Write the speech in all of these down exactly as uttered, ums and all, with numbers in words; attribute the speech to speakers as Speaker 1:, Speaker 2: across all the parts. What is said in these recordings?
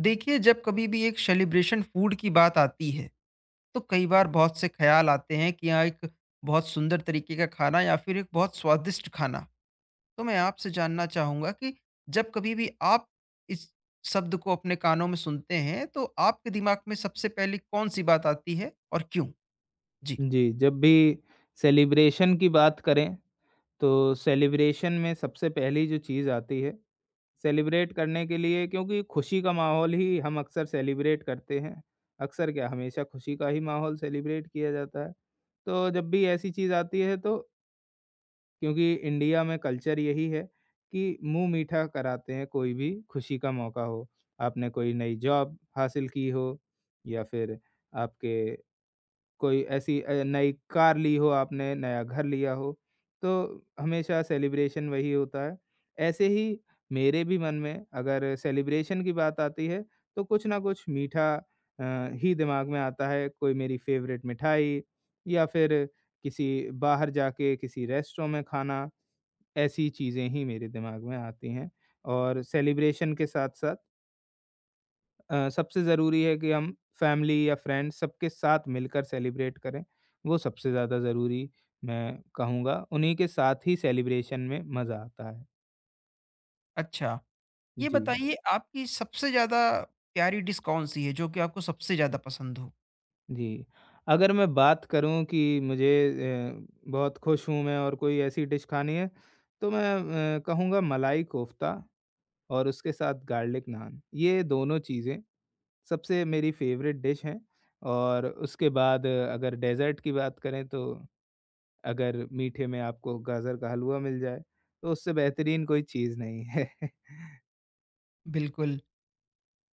Speaker 1: देखिए, जब कभी भी एक सेलिब्रेशन फूड की बात आती है तो कई बार बहुत से ख्याल आते हैं कि यहाँ एक बहुत सुंदर तरीके का खाना या फिर एक बहुत स्वादिष्ट खाना। तो मैं आपसे जानना चाहूंगा कि जब कभी भी आप इस शब्द को अपने कानों में सुनते हैं तो आपके दिमाग में सबसे पहले कौन सी बात आती है और क्यों? जी।
Speaker 2: जी, जब भी सेलिब्रेशन की बात करें, तो सेलिब्रेशन में सबसे पहली जो चीज़ आती है, सेलिब्रेट करने के लिए क्योंकि खुशी का माहौल ही हम अक्सर सेलिब्रेट करते हैं। अक्सर क्या हमेशा खुशी का ही माहौल सेलिब्रेट किया जाता है। तो जब भी ऐसी चीज़ आती है तो क्योंकि इंडिया में कल्चर यही है कि मुँह मीठा कराते हैं कोई भी खुशी का मौका हो। आपने कोई नई जॉब हासिल की हो या फिर आपके कोई ऐसी अ, नई कार ली हो आपने, नया घर लिया हो, तो हमेशा सेलिब्रेशन वही होता है। ऐसे ही मेरे भी मन में अगर सेलिब्रेशन की बात आती है, तो कुछ ना कुछ मीठा अ, ही दिमाग में आता है। कोई मेरी फ़ेवरेट मिठाई या फिर किसी बाहर जाके किसी रेस्टोरेंट में खाना, ऐसी चीज़ें ही मेरे दिमाग में आती हैं। और सेलिब्रेशन के साथ-साथ अ, सबसे ज़रूरी है कि हम फैमिली या फ्रेंड्स सबके साथ मिलकर सेलिब्रेट करें, वो सबसे ज़्यादा ज़रूरी मैं कहूँगा, उन्हीं के साथ ही सेलिब्रेशन में मज़ा आता है।
Speaker 1: अच्छा, ये
Speaker 2: जी,
Speaker 1: बताइए आपकी सबसे ज्यादा प्यारी डिश कौन सी है जो कि आपको सबसे ज्यादा पसंद हो?
Speaker 2: जी। अगर मैं बात करूँ कि मुझे अ, बहुत खुश हूँ मैं और कोई ऐसी डिश खानी है, तो मैं अ, कहूँगा मलाई कोफ़्ता और उसके साथ गार्लिक नान, ये दोनों चीज़ें सबसे मेरी फ़ेवरेट डिश हैं और उसके बाद अ, अगर डेज़र्ट की बात करें तो अगर मीठे में आपको गाजर का हलवा मिल जाए, तो उससे बेहतरीन कोई चीज़ नहीं है।
Speaker 1: बिल्कुल।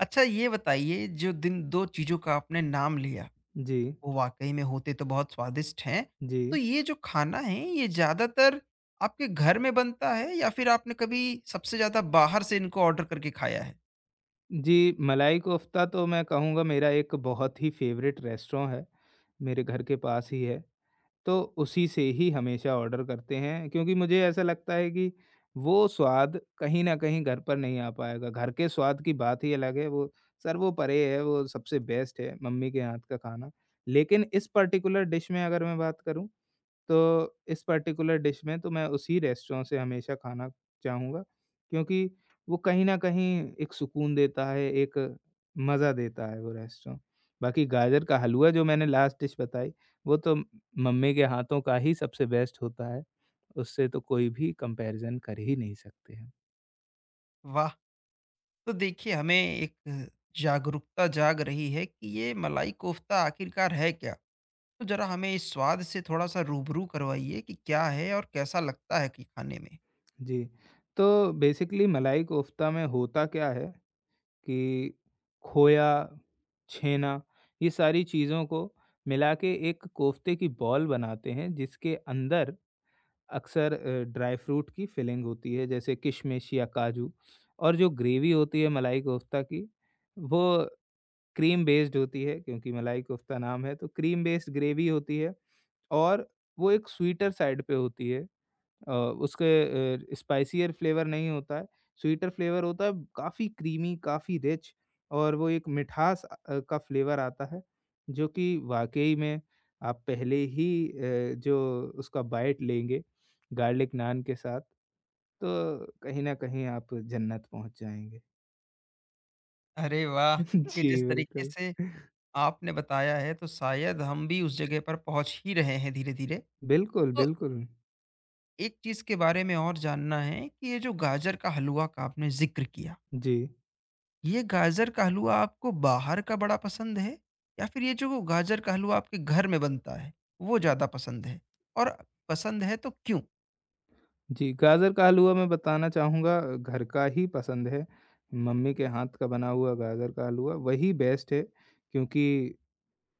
Speaker 1: अच्छा, ये बताइए जो दिन दो चीजों का आपने नाम लिया,
Speaker 2: जी,
Speaker 1: वो वाक़ई में होते तो बहुत स्वादिष्ट हैं।
Speaker 2: जी।
Speaker 1: तो ये जो खाना है, ये ज़्यादातर आपके घर में बनता है या फिर आपने कभी सबसे ज़्यादा बाहर से इनको ऑर्डर करके खाया है?
Speaker 2: जी, मलाई कोफ़्ता तो मैं कहूँगा मेरा एक बहुत ही फ़ेवरेट रेस्टोरेंट है, मेरे घर के पास ही है, तो उसी से ही हमेशा ऑर्डर करते हैं क्योंकि मुझे ऐसा लगता है कि वो स्वाद कहीं न कहीं घर पर नहीं आ पाएगा। घर के स्वाद की बात ही अलग है, वो सर्वोपरि है, वो सबसे बेस्ट है मम्मी के हाथ का खाना। लेकिन इस पार्टिकुलर डिश में अगर मैं बात करूँ तो इस पर्टिकुलर डिश में तो मैं उसी रेस्टोरेंट से हमेशा खाना चाहूँगा क्योंकि वो कहीं न कहीं एक सुकून देता है, एक मज़ा देता है वो रेस्टोरेंट। बाकी गाजर का हलवा जो मैंने लास्ट डिश बताई, वो तो मम्मी के हाथों का ही सबसे बेस्ट होता है, उससे तो कोई भी कंपैरिज़न कर ही नहीं सकते हैं।
Speaker 1: वाह! तो देखिए, हमें एक जागरूकता जाग रही है कि ये मलाई कोफ़्ता आखिरकार है क्या? तो ज़रा हमें इस स्वाद से थोड़ा-सा रूबरू करवाइए कि क्या है और कैसा लगता है कि खाने में?
Speaker 2: जी, तो बेसिकली मलाई कोफ़्ता में होता क्या है कि खोया, छेना, ये सारी चीज़ों को मिला के एक कोफ्ते की बॉल बनाते हैं, जिसके अंदर अक्सर अ, ड्राई फ्रूट की फिलिंग होती है, जैसे किशमिश या काजू और जो ग्रेवी होती है मलाई कोफ्ता की, वो क्रीम बेस्ड होती है क्योंकि मलाई कोफ्ता नाम है, तो क्रीम बेस्ड ग्रेवी होती है और वो एक स्वीटर साइड पे होती है। अ, उसके अ, स्पाइसियर फ्लेवर नहीं होता है, स्वीटर फ्लेवर होता है, काफ़ी क्रीमी, काफ़ी रिच और वो एक मिठास अ, का फ्लेवर आता है, जो कि वाक़ई में आप पहले ही अ, जो उसका बाइट लेंगे, गार्लिक नान के साथ, तो कहीं न कहीं आप जन्नत पहुँच जाएँगे।
Speaker 1: अरे वाह! कि
Speaker 2: जी,
Speaker 1: जिस तरीके
Speaker 2: बिल्कुल।
Speaker 1: से आपने बताया है तो शायद हम भी उस जगह पर पहुँच ही रहे हैं धीरे-धीरे।
Speaker 2: बिल्कुल,
Speaker 1: तो
Speaker 2: बिल्कुल।
Speaker 1: एक चीज़ के बारे में और जानना है कि ये जो गाजर का हलवा का आपने ज़िक्र किया,
Speaker 2: जी।
Speaker 1: ये गाजर का हलवा आपको बाहर का बड़ा पसंद है या फिर ये जो गाजर का हलवा आपके घर में बनता है, वो ज़्यादा पसंद है? और पसंद है तो क्यों?
Speaker 2: जी, गाजर का हलवा मैं बताना चाहूँगा घर का ही पसंद है। मम्मी के हाथ का बना हुआ गाजर का हलवा वही बेस्ट है क्योंकि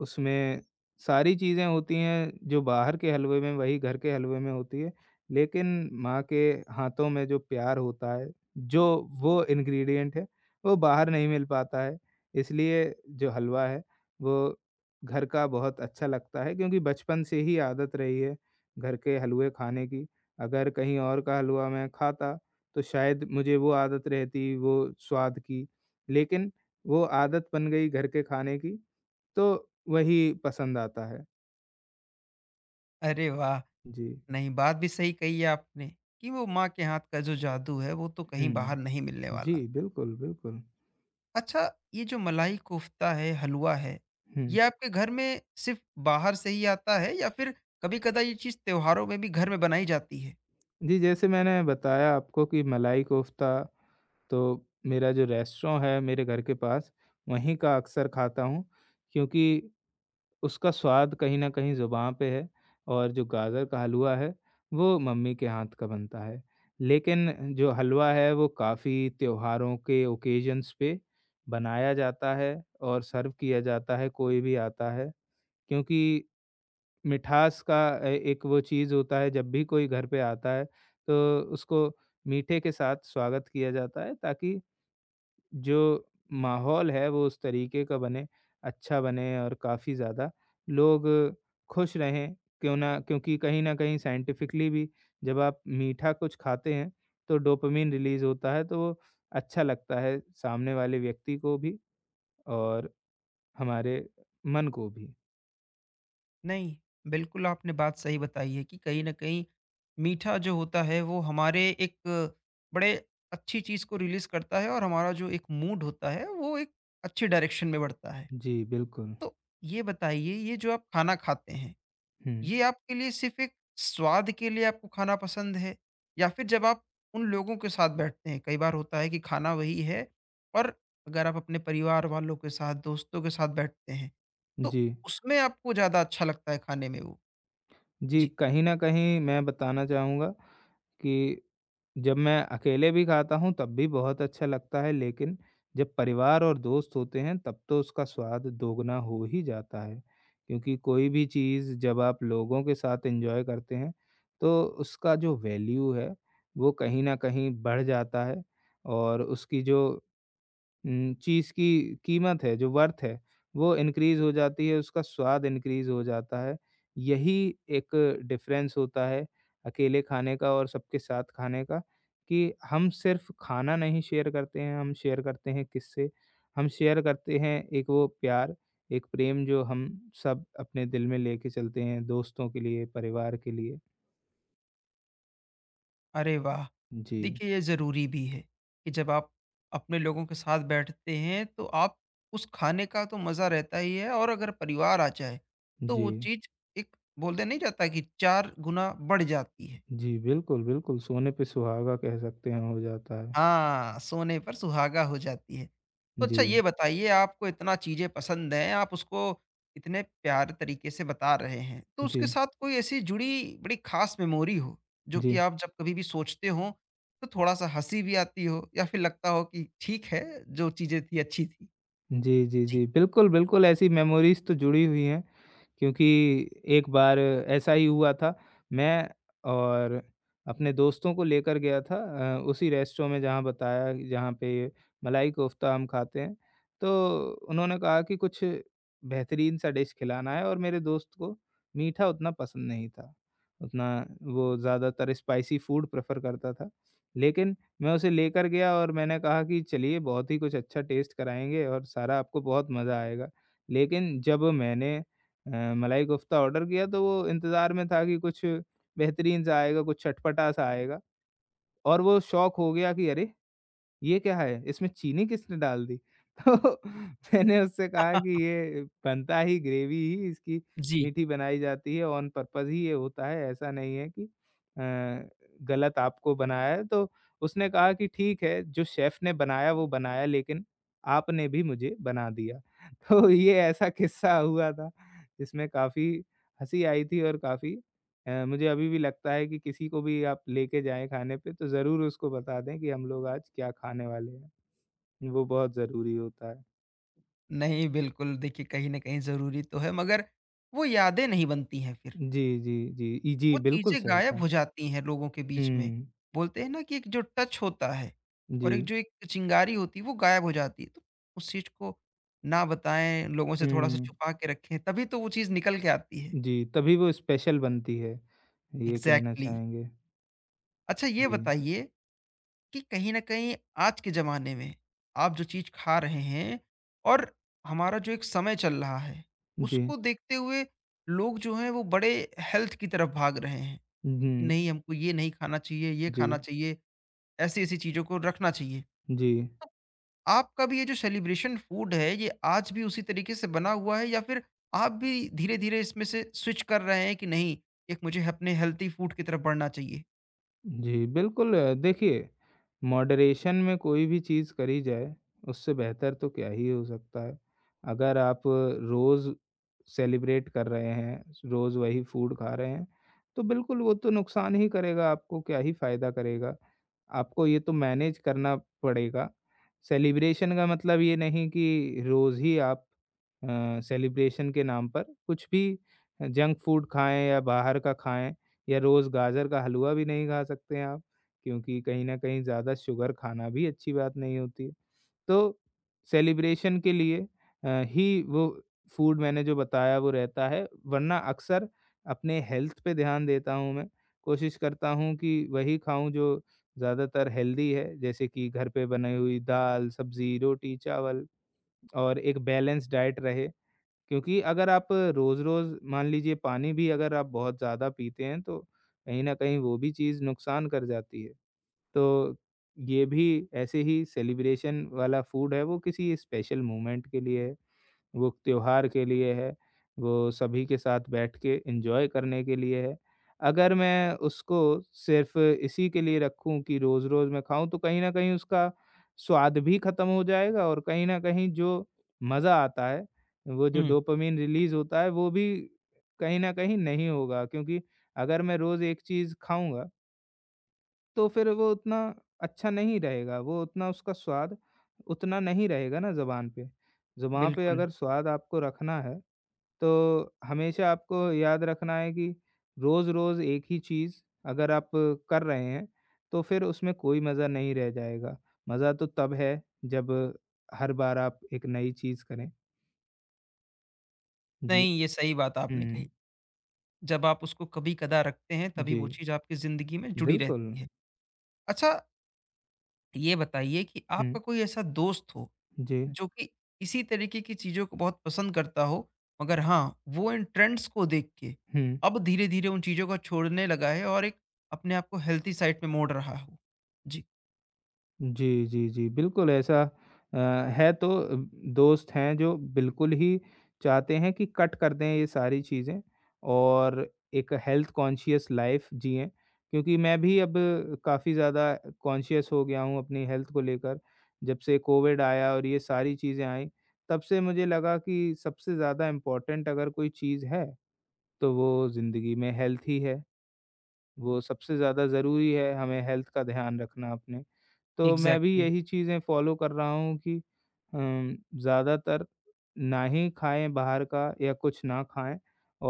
Speaker 2: उसमें सारी चीज़ें होती हैं जो बाहर के हलवे में, वही घर के हलवे में होती है, लेकिन माँ के हाथों में जो प्यार होता है, जो वो इंग्रीडिएंट है, वो बाहर नहीं मिल पाता है। इसलिए जो हलवा है, वो घर का बहुत अच्छा लगता है क्योंकि बचपन से ही आदत रही है घर के हलवे खाने की। अगर कहीं और का हलवा मैं खाता, तो शायद मुझे वो आदत रहती, वो स्वाद की, लेकिन वो आदत बन गई घर के खाने की तो वही पसंद आता है।
Speaker 1: अरे वाह!
Speaker 2: जी।
Speaker 1: नहीं, बात भी सही कही है आपने कि वो माँ के हाथ का जो जादू है, वो तो कहीं बाहर
Speaker 2: हुँ।
Speaker 1: नहीं मिलने
Speaker 2: जी,
Speaker 1: वाला।
Speaker 2: बिल्कुल, बिल्कुल।
Speaker 1: अच्छा, ये जो मलाई कोफ़्ता है, हलवा है,
Speaker 2: हुँ।
Speaker 1: ये आपके घर में सिर्फ़ बाहर से ही आता है या फिर कभी-कदा ये चीज़ त्योहारों में भी घर में बनाई जाती है?
Speaker 2: जी, जैसे मैंने बताया आपको कि मलाई कोफ़्ता तो मेरा जो रेस्टोरेंट है मेरे घर के पास, वहीं का अक्सर खाता हूँ क्योंकि उसका स्वाद कहीं न कहीं ज़ुबान पे है और जो गाजर का हलवा है, वो मम्मी के हाथ का बनता है। लेकिन जो हलवा है वो काफ़ी त्योहारों के ओकेज़न्स पे बनाया जाता है और सर्व किया जाता है, कोई भी आता है। क्योंकि मिठास का ए एक वो चीज़ होता है जब भी कोई घर पे आता है तो उसको मीठे के साथ स्वागत किया जाता है ताकि जो माहौल है वो उस तरीके का बने, अच्छा बने और काफ़ी ज़्यादा लोग खुश रहें। क्यों ना क्योंकि कहीं न कहीं साइंटिफिकली भी जब आप मीठा कुछ खाते हैं तो डोपामाइन रिलीज़ होता है तो वो अच्छा लगता है सामने वाले व्यक्ति को भी और हमारे मन को भी।
Speaker 1: नहीं, बिल्कुल आपने बात सही बताई है कि कहीं न कहीं मीठा जो होता है वो हमारे एक बड़े अच्छी चीज़ को रिलीज़ करता है और हमारा जो एक मूड होता है वो एक अच्छे डायरेक्शन में बढ़ता है।
Speaker 2: जी, बिल्कुल।
Speaker 1: तो ये बताइए, ये जो आप खाना खाते हैं,
Speaker 2: हुँ,
Speaker 1: ये आपके लिए सिर्फ़ एक स्वाद के लिए आपको खाना पसंद है? या फिर जब आप उन लोगों के साथ बैठते हैं, कई बार होता है कि खाना वही है और अगर आप अपने परिवार वालों के साथ, दोस्तों के साथ बैठते हैं, तो
Speaker 2: जी।
Speaker 1: उसमें आपको ज़्यादा अच्छा लगता है खाने में वो?
Speaker 2: जी,
Speaker 1: जी।
Speaker 2: कहीं न कहीं मैं बताना चाहूँगा कि जब मैं अकेले भी खाता हूँ तब भी बहुत अच्छा लगता है, लेकिन जब परिवार और दोस्त होते हैं तब तो उसका स्वाद दोगुना हो ही जाता है। क्योंकि कोई भी चीज़ जब आप लोगों के साथ एन्जॉय करते हैं, तो उसका जो वैल्यू है, वो कहीं न कहीं बढ़ जाता है और उसकी जो उम, चीज़ की कीमत है, जो वर्थ है, वो इनक्रीज़ हो जाती है, उसका स्वाद इनक्रीज़ हो जाता है। यही एक डिफ़रेंस होता है अकेले खाने का और सबके साथ खाने का कि हम सिर्फ़ खाना नहीं शेयर करते हैं, हम शेयर करते हैं किस्से, हम शेयर करते हैं एक वो प्यार, एक प्रेम जो हम सब अपने दिल में लेके चलते हैं दोस्तों के लिए, परिवार के लिए।
Speaker 1: अरे वाह!
Speaker 2: जी,
Speaker 1: देखिए, ये ज़रूरी भी है, कि जब आप अपने लोगों के साथ बैठते हैं तो आप उस खाने का तो मज़ा रहता ही है और अगर परिवार आ जाए, तो
Speaker 2: जी,
Speaker 1: वो चीज़ एक बोलते नहीं जाता कि चार गुना बढ़ जाती है।
Speaker 2: जी, बिल्कुल, बिल्कुल, सोने पे सुहागा कह सकते हैं हो जाता है।
Speaker 1: हाँ, सोने पर सुहागा हो जाती है। तो
Speaker 2: जी,
Speaker 1: अच्छा, ये बताइए आपको इतना चीज़ें पसंद हैं, आप उसको इतने प्यारे तरीके से बता रहे हैं। तो उसके
Speaker 2: जी,
Speaker 1: साथ कोई ऐसी जुड़ी बड़ी ख़ास मेमोरी हो, जो
Speaker 2: जी।
Speaker 1: कि आप जब कभी भी सोचते हो, तो थोड़ा-सा हँसी भी आती हो या फिर लगता हो कि ठीक है, जो चीज़ें थी अच्छी थी?
Speaker 2: जी, जी,
Speaker 1: जी।
Speaker 2: जी। बिल्कुल, बिल्कुल ऐसी मेमोरीज़ तो जुड़ी हुई हैं। क्योंकि एक बार ऐसा ही हुआ था, मैं और अपने दोस्तों को लेकर गया था अ, उसी रेस्टों में जहाँ बताया जहाँ पे मलाई कोफ्ता हम खाते हैं। तो उन्होंने कहा कि कुछ बेहतरीन-सा डिश खिलाना है और मेरे दोस्त को मीठा उतना पसंद नहीं था। उतना वो ज़्यादातर स्पाइसी फूड प्रेफ़र करता था। लेकिन मैं उसे लेकर गया और मैंने कहा कि चलिए बहुत ही कुछ अच्छा टेस्ट कराएँगे और सारा आपको बहुत मज़ा आएगा। लेकिन जब मैंने अ, मलाई कोफ्ता ऑर्डर किया तो वो इंतज़ार में था कि कुछ बेहतरीन-सा आएगा, कुछ चटपटा-सा आएगा और वो शॉक हो गया कि अरे! ये क्या है? इसमें चीनी किसने डाल दी? तो मैंने उससे कहा कि ये बनता ही ग्रेवी ही इसकी
Speaker 1: जी।
Speaker 2: मीठी बनाई जाती है ऑन पर्पज़ ही ये होता है, ऐसा नहीं है कि अ, गलत आपको बनाया है। तो उसने कहा कि ठीक है, जो शेफ़ ने बनाया वो बनाया लेकिन आपने भी मुझे बना दिया। तो ये ऐसा किस्सा हुआ था, जिसमें काफ़ी हँसी आई थी और काफ़ी अ, मुझे अभी भी लगता है कि किसी को भी आप लेके जाएँ खाने पे तो ज़रूर उसको बता दें कि हम लोग आज क्या खाने वाले हैं। वो बहुत ज़रूरी होता है।
Speaker 1: नहीं, बिल्कुल देखिए कहीं न कहीं ज़रूरी तो है मगर वो यादें नहीं बनती हैं फिर।
Speaker 2: जी, जी, जी। ई जी,
Speaker 1: वो
Speaker 2: बिल्कुल
Speaker 1: चीज़ें
Speaker 2: सही
Speaker 1: गायब
Speaker 2: कहा।
Speaker 1: हो जाती हैं लोगों के बीच में।
Speaker 2: हुँ,
Speaker 1: बोलते हैं ना कि एक जो टच होता है
Speaker 2: जी।
Speaker 1: और एक जो एक चिंगारी होती है वो गायब हो जाती है। तो उस चीज़ को ना बताएँ, लोगों से थोड़ा-सा
Speaker 2: हुँ,
Speaker 1: छुपा के रखें तभी तो वो चीज़ निकल के आती है।
Speaker 2: जी, तभी वो स्पेशल बनती है, ये कहना
Speaker 1: एग्ज़ैक्टली।
Speaker 2: चाहेंगे।
Speaker 1: अच्छा, ये
Speaker 2: जी,
Speaker 1: बताइए कि कहीं न कहीं आज के ज़माने में आप जो चीज़ खा रहे हैं और हमारा जो एक समय चल रहा है,
Speaker 2: जी।
Speaker 1: उसको देखते हुए लोग जो हैं वो बड़े हेल्थ की तरफ भाग रहे हैं कि
Speaker 2: हुँ,
Speaker 1: नहीं, हमको ये नहीं खाना चाहिए, ये
Speaker 2: जी,
Speaker 1: खाना चाहिए। ऐसी-ऐसी चीज़ों को रखना चाहिए।
Speaker 2: जी।
Speaker 1: आपका भी ये जो सेलिब्रेशन फूड है, ये आज भी उसी तरीके से बना हुआ है या फिर आप भी धीरे-धीरे इसमें से स्विच कर रहे हैं कि नहीं, एक मुझे अपने हेल्दी फूड की तरफ बढ़ना चाहिए?
Speaker 2: जी, बिल्कुल अ, देखिए मॉडरेशन में कोई भी चीज़ करी जाए, उससे बेहतर तो क्या ही हो सकता है। अगर आप रोज़ सेलिब्रेट कर रहे हैं, रोज़ वही फूड खा रहे हैं, तो बिल्कुल वो तो नुकसान ही करेगा आपको, क्या ही फ़ायदा करेगा। आपको ये तो मैनेज करना पड़ेगा। सेलिब्रेशन का मतलब ये नहीं कि रोज़ ही आप अ, सेलिब्रेशन के नाम पर कुछ भी जंक फूड खाएँ या बाहर का खाएँ। या रोज़ गाजर का हलवा भी नहीं खा सकते आप, क्योंकि कहीं न कहीं ज़्यादा शुगर खाना भी अच्छी बात नहीं होती है। तो सेलिब्रेशन के लिए अ, ही वो फूड मैंने जो बताया वो रहता है, वरना अक्सर अपने हेल्थ पे ध्यान देता हूँ मैं। कोशिश करता हूँ कि वही खाऊँ जो ज़्यादातर हेल्दी है, जैसे कि घर पे बनाई हुई दाल, सब्ज़ी, रोटी, चावल और एक बैलेंस डाइट रहे। क्योंकि अगर आप रोज़-रोज़ मान लीजिए पानी भी अगर आप बहुत ज़्यादा पीते हैं तो कहीं न कहीं वो भी चीज़ नुकसान कर जाती है। तो ये भी ऐसे ही सेलिब्रेशन वाला फूड है वो किसी स्पेशल मोमेंट के लिए है। वो त्योहार के लिए है, वो सभी के साथ बैठ के एन्जॉय करने के लिए है। अगर मैं उसको सिर्फ़ इसी के लिए रखूँ कि रोज़-रोज़ मैं खाऊँ, तो कहीं न कहीं उसका स्वाद भी ख़त्म हो जाएगा और कहीं न कहीं जो मज़ा आता है, वो जो
Speaker 1: हुँ।
Speaker 2: डोपामाइन रिलीज़ होता है, वो भी कहीं न कहीं नहीं होगा क्योंकि अगर मैं रोज़ एक चीज़ खाऊँगा तो फिर वो उतना अच्छा नहीं रहेगा, वो उतना उसका स्वाद उतना नहीं रहेगा ना ज़ुबान पे। ज़ुबान पे
Speaker 1: बिल्कुल।
Speaker 2: अगर स्वाद आपको रखना है, तो हमेशा आपको याद रखना है कि रोज़-रोज़ एक ही चीज़ अगर आप कर रहे हैं, तो फिर उसमें कोई मज़ा नहीं रह जाएगा। मज़ा तो तब है जब हर बार आप एक नई चीज़ करें। जी।
Speaker 1: नहीं, ये सही बात आपने कही।
Speaker 2: हुँ,
Speaker 1: जब आप उसको कभी-कदा रखते हैं, तभी
Speaker 2: जी,
Speaker 1: वो चीज़ आपकी ज़िंदगी में जुड़ी
Speaker 2: बिल्कुल।
Speaker 1: रहती है। अच्छा, ये बताइए कि
Speaker 2: हुँ,
Speaker 1: आपका कोई ऐसा दोस्त हो
Speaker 2: जी,
Speaker 1: जो कि इसी तरीके की चीज़ों को बहुत पसंद करता हो, मगर हाँ, वो इन ट्रेंड्स को देख के
Speaker 2: हुँ।
Speaker 1: अब धीरे-धीरे उन चीज़ों को छोड़ने लगा है और एक अपने आप को हेल्थी साइड पे मोड़ रहा हो। जी।
Speaker 2: जी, जी, जी। बिल्कुल ऐसा अ, है तो अ, दोस्त हैं जो बिल्कुल ही चाहते हैं कि कट कर दें ये सारी चीज़ें और एक हेल्थ कॉन्शियस लाइफ़ जिएँ। क्योंकि मैं भी अब काफ़ी ज़्यादा कॉन्शियस हो गया हूँ अपनी हेल्थ को लेकर। जब से कोविड आया और ये सारी चीज़ें आईं, तब से मुझे लगा कि सबसे ज़्यादा इम्पोर्टेंट अगर कोई चीज़ है, तो वो ज़िंदगी में हेल्थ ही है। वो सबसे ज़्यादा ज़रूरी है हमें हेल्थ का ध्यान रखना अपने। तो मैं भी
Speaker 1: एग्ज़ैक्टली।
Speaker 2: यही चीज़ें फ़ॉलो कर रहा हूँ कि अम, ज़्यादातर ना ही खाएँ बाहर का या कुछ ना खाएँ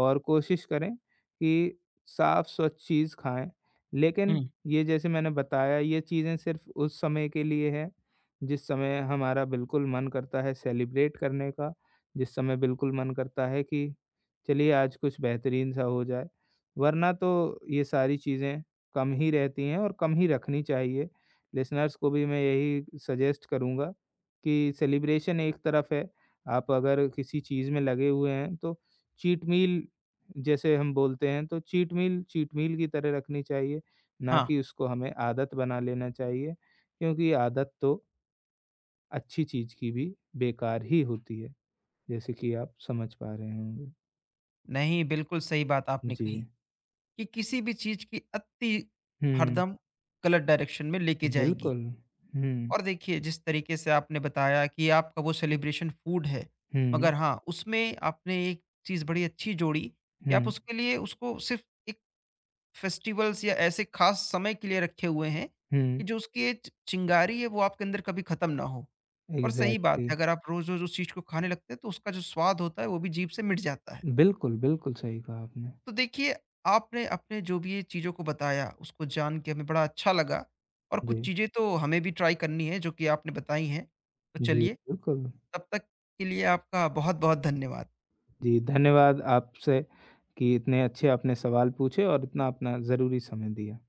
Speaker 2: और कोशिश करें कि साफ़ स्वच्छ चीज़ खाएँ। लेकिन
Speaker 1: हुँ।
Speaker 2: ये जैसे मैंने बताया ये चीज़ें सिर्फ़ उस समय के लिए है, जिस समय हमारा बिल्कुल मन करता है सेलिब्रेट करने का, जिस समय बिल्कुल मन करता है कि चलिए आज कुछ बेहतरीन सा हो जाए। वरना तो ये सारी चीज़ें कम ही रहती हैं और कम ही रखनी चाहिए। लिसनर्स को भी मैं यही सजेस्ट करूँगा कि सेलिब्रेशन एक तरफ है, आप अगर किसी चीज़ में लगे हुए हैं तो चीट मील जैसे हम बोलते हैं तो चीट मील चीट मील की तरह रखनी चाहिए, ना
Speaker 1: हाँ,
Speaker 2: कि उसको हमें आदत बना लेना चाहिए, क्योंकि आदत तो अच्छी चीज़ की भी बेकार ही होती है, जैसे कि आप समझ पा रहे होंगे।
Speaker 1: नहीं, बिल्कुल सही बात आपने
Speaker 2: जी।
Speaker 1: कही कि किसी भी चीज़ की अति
Speaker 2: हुँ,
Speaker 1: हरदम गलत डायरेक्शन में लेके जाएगी।
Speaker 2: बिल्कुल। हुँ,
Speaker 1: और देखिए, जिस तरीके से आपने बताया कि आपका वो सेलिब्रेशन फूड है,
Speaker 2: हुँ,
Speaker 1: मगर हाँ, उसमें आपने एक चीज़ बड़ी अच्छी जोड़ी कि आप
Speaker 2: हुँ,
Speaker 1: उसके लिए उसको सिर्फ़ एक फेस्टिवल्स या ऐसे खास समय के लिए रखे हुए हैं
Speaker 2: हुँ,
Speaker 1: कि जो उसकी च- चिंगारी है वो आपके अंदर कभी खत्म ना हो। और सही बात
Speaker 2: एग्ज़ैक्टली।
Speaker 1: है, अगर आप रोज रोज उस चीज को खाने लगते हैं तो उसका जो स्वाद होता है वो भी जीभ से मिट जाता है।
Speaker 2: बिल्कुल, बिल्कुल सही कहा आपने।
Speaker 1: तो देखिए, आपने अपने जो भी ये चीजों को बताया उसको जान के हमें बड़ा अच्छा लगा और कुछ
Speaker 2: जी,
Speaker 1: चीजें तो हमें भी ट्राई करनी है जो कि आपने बताई हैं। तो
Speaker 2: जी,
Speaker 1: चलिए,
Speaker 2: बिल्कुल।
Speaker 1: तब तक के लिए आपका बहुत बहुत धन्यवाद।
Speaker 2: जी, धन्यवाद आपसे कि इतने अच्छे आपने सवाल पूछे और इतना अपना ज़रूरी समय दिया।